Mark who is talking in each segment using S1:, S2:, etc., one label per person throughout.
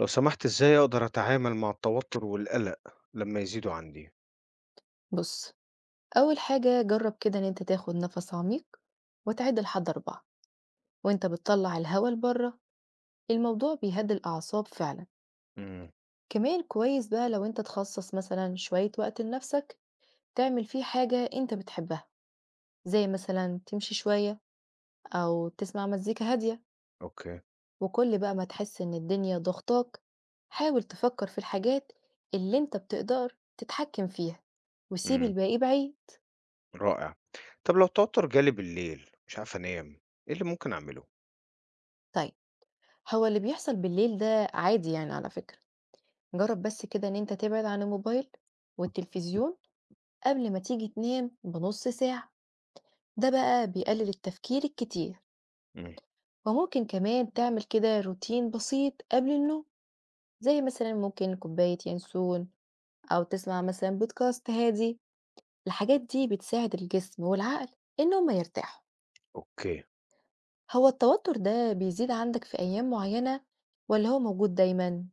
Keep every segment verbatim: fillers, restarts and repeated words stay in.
S1: لو سمحت إزاي أقدر أتعامل مع التوتر والقلق لمّا يزيدوا عندي؟
S2: بص، أول حاجة جرب كده إن أنت تاخد نفس عميق وتعد لحد أربعة وأنت بتطلع الهواء لبره. الموضوع بيهدي الأعصاب فعلا.
S1: إمم،
S2: كمان كويس بقى لو أنت تخصص مثلا شوية وقت لنفسك تعمل فيه حاجة أنت بتحبها، زي مثلا تمشي شوية أو تسمع مزيكا هادية.
S1: أوكي،
S2: وكل بقى ما تحس إن الدنيا ضغطاك، حاول تفكر في الحاجات اللي أنت بتقدر تتحكم فيها، وسيب
S1: إمم،
S2: الباقي بعيد.
S1: رائع. طب لو التوتر جالي بالليل مش عارف أنام، إيه اللي ممكن أعمله؟
S2: طيب، هو اللي بيحصل بالليل ده عادي يعني على فكرة. جرب بس كده إن أنت تبعد عن الموبايل والتلفزيون قبل ما تيجي تنام بنص ساعة. ده بقى بيقلل التفكير الكتير.
S1: إمم،
S2: وممكن كمان تعمل كده روتين بسيط قبل النوم، زي مثلا ممكن كوباية ينسون أو تسمع مثلا بودكاست هادي. الحاجات دي بتساعد الجسم والعقل إنهم يرتاحوا.
S1: أوكي.
S2: هو التوتر ده بيزيد عندك في أيام معينة ولا هو موجود دايما؟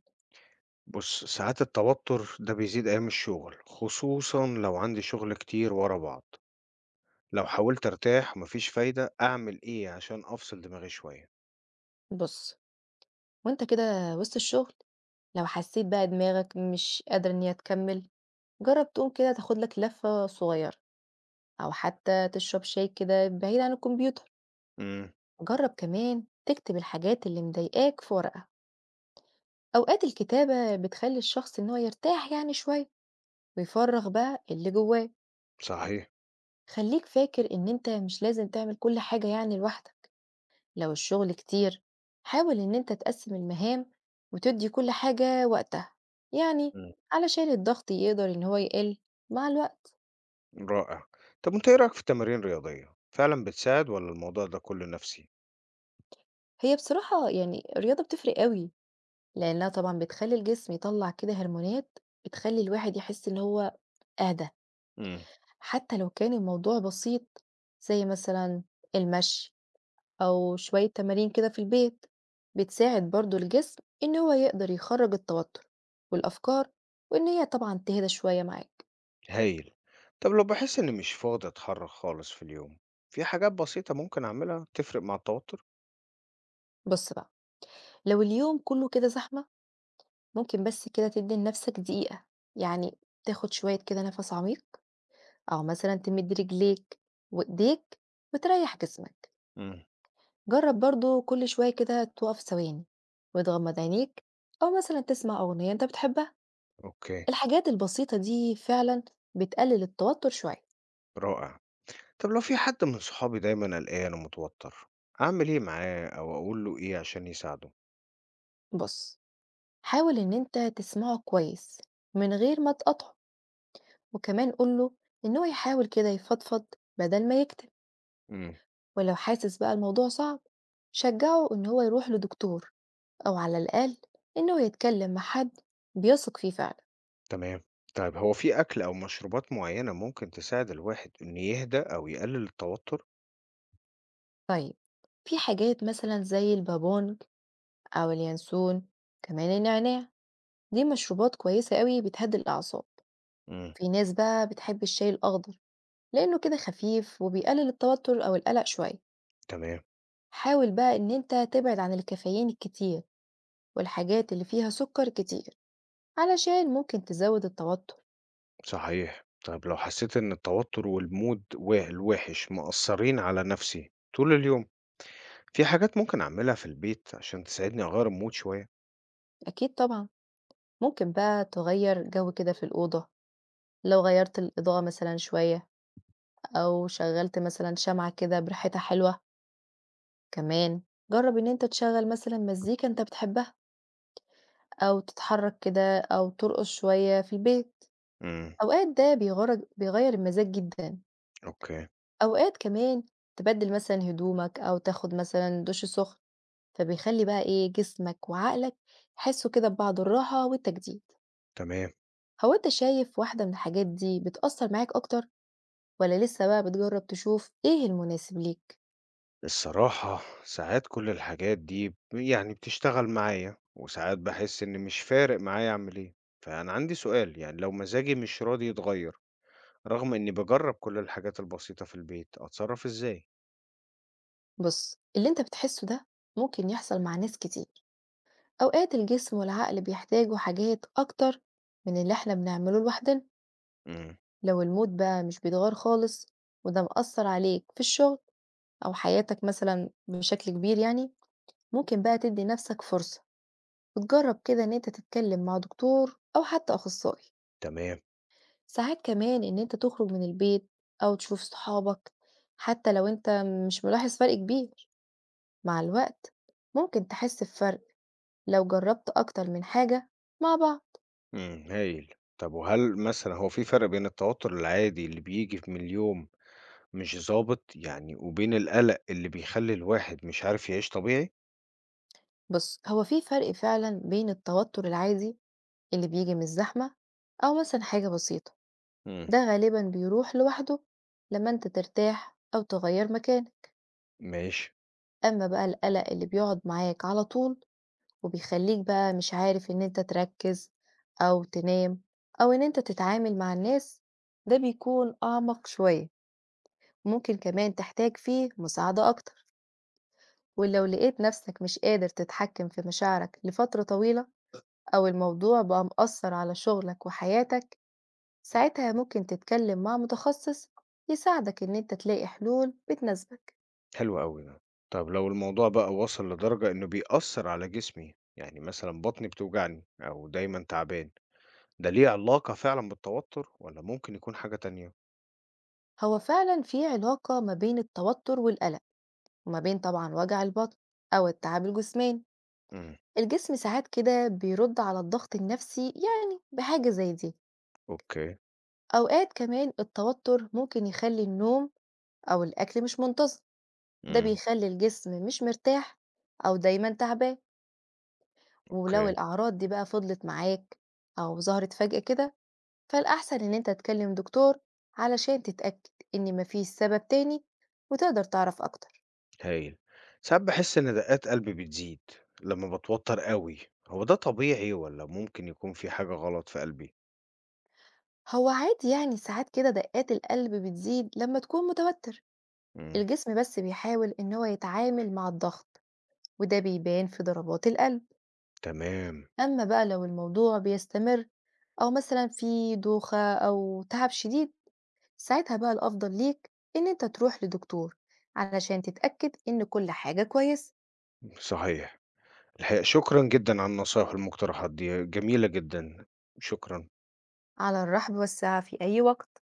S1: بُص، ساعات التوتر ده بيزيد أيام الشغل، خصوصًا لو عندي شغل كتير ورا بعض. لو حاولت أرتاح وما فيش فايدة، أعمل إيه عشان أفصل دماغي شوية؟
S2: بص، وانت كده وسط الشغل لو حسيت بقى دماغك مش قادرة إن هي تكمل، جرب تقوم كده تاخد لك لفة صغيرة أو حتى تشرب شاي كده بعيد عن الكمبيوتر.
S1: إمم،
S2: جرب كمان تكتب الحاجات اللي مضايقاك في ورقة. أوقات الكتابة بتخلي الشخص إن هو يرتاح يعني شوية، ويفرغ بقى اللي جواه.
S1: صحيح،
S2: خليك فاكر إن أنت مش لازم تعمل كل حاجة يعني لوحدك. لو الشغل كتير، حاول إن أنت تقسم المهام وتدي كل حاجة وقتها يعني
S1: إمم،
S2: علشان الضغط يقدر إن هو يقل مع الوقت.
S1: رائع. طب وأنت إيه رأيك في التمارين الرياضية؟ فعلًا بتساعد والّا الموضوع ده كُلّه نفسي؟
S2: هي بصراحة يعني الرياضة بتفرق قوي، لأنها طبعًا بتخلّي الجسم يطلّع كده هرمونات بتخلّي الواحد يحس إن هو أهدى.
S1: إمم.
S2: حتى لو كان الموضوع بسيط، زي مثلًا المشي أو شوية تمارين كده في البيت، بتساعد برضه الجسم إن هو يقدر يخرّج التوتر والأفكار، وإن هي طبعًا تهدى شوية معاك.
S1: هايل. طب لو بحس إني مش فاضي أتحرك خالص في اليوم، في حاجات بسيطة ممكن أعملها تفرق مع التوتر؟
S2: بُص بقى، لو اليوم كلّه كده زحمة، ممكن بس كده تدّي لنفسك دقيقة، يعني تاخد شوية كده نَفَس عميق، أو مثلًا تمِد رجليك وإيديك وتريّح جسمك.
S1: مم.
S2: جرب برضو كل شوية كده تقف ثواني وتغمض عينيك، أو مثلا تسمع أغنية أنت بتحبها.
S1: أوكي.
S2: الحاجات البسيطة دي فعلا بتقلل التوتر شوية.
S1: رائع. طب لو في حد من صحابي دايما قلقان ومتوتر، أعمل إيه معاه أو أقول له إيه عشان يساعده؟
S2: بص، حاول إن أنت تسمعه كويس من غير ما تقطعه، وكمان قوله إن هو يحاول كده يفضفض بدل ما يكتب.
S1: مم.
S2: ولو حاسس بقى الموضوع صعب، شجعه إن هو يروح لدكتور، أو على الأقل إنه يتكلم مع حد بيثق فيه فعلا.
S1: تمام. طيب هو في أكل أو مشروبات معينة ممكن تساعد الواحد إنه يهدى أو يقلل التوتر؟
S2: طيب، في حاجات مثلا زي البابون أو اليانسون، كمان النعناع. دي مشروبات كويسة قوي بتهدي الأعصاب.
S1: مم.
S2: في ناس بقى بتحب الشاي الأخضر لأنه كده خفيف وبيقلل التوتر أو القلق شوية.
S1: تمام.
S2: حاول بقى إن أنت تبعد عن الكافيين الكتير والحاجات اللي فيها سكر كتير، علشان ممكن تزود التوتر.
S1: صحيح. طيب لو حسيت إن التوتر والمود وا- الوحش مأثرين على نفسي طول اليوم، في حاجات ممكن أعملها في البيت عشان تساعدني أغيّر المود شوية.
S2: أكيد طبعا، ممكن بقى تغير جو كده في الأوضة. لو غيرت الإضاءة مثلا شوية، أو شغلت مثلا شمعة كده بريحتها حلوة. كمان، جرب إن أنت تشغل مثلا مزيكا أنت بتحبها، أو تتحرّك كده أو ترقص شوية في البيت.
S1: إمم،
S2: أوقات ده بيغر بيغيّر المزاج جدًا.
S1: أوكي،
S2: أوقات كمان تبدّل مثلًا هدومك أو تاخد مثلًا دُش سُخن، فبيخلّي بقى إيه، جسمك وعقلك يحسّوا كده ببعض الراحة والتجديد.
S1: تمام.
S2: هو أنت شايف واحدة من الحاجات دي بتأثّر معاك أكتر، والّا لسه بقى بتجرّب تشوف إيه المناسب ليك؟
S1: الصراحة ساعات كل الحاجات دي ب يعني بتشتغل معايا، وساعات باحس إن مش فارق معايا أعمل إيه. فأنا عندي سؤال، يعني لو مزاجي مش راضي يتغيّر رغم إني باجرّب كل الحاجات البسيطة في البيت، أتصرّف إزاي؟
S2: بُص، اللي أنت بتحسّه ده ممكن يحصل مع ناس كتير. أوقات الجسم والعقل بيحتاجوا حاجات أكتر من اللي إحنا بنعمله لوحدنا.
S1: إمم،
S2: لو المود بقى مش بيتغير خالص، وده مأثر عليك في الشغل أو حياتك مثلا بشكل كبير يعني ممكن بقى تدي نفسك فرصة وتجرب كده إن أنت تتكلم مع دكتور أو حتى أخصائي.
S1: تمام،
S2: ساعات كمان إن أنت تخرج من البيت أو تشوف صحابك. حتى لو أنت مش ملاحظ فرق كبير، مع الوقت ممكن تحس بفرق لو جربت أكتر من حاجة مع بعض.
S1: إمم، هايل. طب وهل مثلًا هو في فرق بين التوتر العادي اللي بييجي من اليوم مش ضابط يعني وبين القلق اللي بيخلّي الواحد مش عارف يعيش طبيعي؟
S2: بص، هو في فرق فعلا بين التوتر العادي اللي بيجي من الزحمة أو مثلا حاجة بسيطة.
S1: إمم،
S2: ده غالبا بيروح لوحده لما انت ترتاح أو تغير مكانك.
S1: ماشي،
S2: أما بقى القلق اللي بيقعد معاك على طول وبيخليك بقى مش عارف إن انت تركز أو تنام أو إن انت تتعامل مع الناس، ده بيكون أعمق شوية، ممكن كمان تحتاج فيه مساعدة أكتر. ولو لقيت نفسك مش قادر تتحكم في مشاعرك لفترة طويلة، أو الموضوع بقى مأثر على شغلك وحياتك، ساعتها ممكن تتكلم مع متخصص يساعدك إن انت تلاقي حلول بتناسبك.
S1: حلو أوي ده. طب لو الموضوع بقى وصل لدرجة إنه بيأثّر على جسمي، يعني مثلًا بطني بتوجعني أو دايمًا تعبان، ده ليه علاقة فعلًا بالتوتر والّا ممكن يكون حاجة تانية؟
S2: هو فعلا في علاقة ما بين التوتر والقلق، وما بين طبعا وجع البطن أو التعب الجسماني.
S1: إمم،
S2: الجسم ساعات كده بيرد على الضغط النفسي يعني بحاجة زي دي.
S1: أوكي،
S2: أوقات كمان التوتر ممكن يخلي النوم أو الأكل مش منتظم، ده
S1: إمم،
S2: بيخلي الجسم مش مرتاح أو دايما تعبان. ولو
S1: أوكي،
S2: الأعراض دي بقى فضلت معاك أو ظهرت فجأة كده، فالأحسن إن أنت تكلم دكتور علشان تتأكد إن مفيش سبب تاني، وتقدر تعرف أكتر.
S1: هايل. ساعات باحس إن دقات قلبي بتزيد لمّا باتوتر أوي، هو ده طبيعي والّا ممكن يكون في حاجة غلط في قلبي؟
S2: هو عادي يعني ساعات كده دقات القلب بتزيد لما تكون متوتر.
S1: إمم،
S2: الجسم بس بيحاول ان هو يتعامل مع الضغط، وده بيبان في ضربات القلب.
S1: تمام،
S2: اما بقى لو الموضوع بيستمر او مثلا في دوخة او تعب شديد، ساعتها بقى الافضل ليك ان انت تروح لدكتور علشان تتأكد ان كل حاجة كويس.
S1: صحيح. الحقيقة شكرًا جدًا على النصايح والمقترحات دي، جميلة جدًا. شكرًا.
S2: على الرحب والسعة في اي وقت.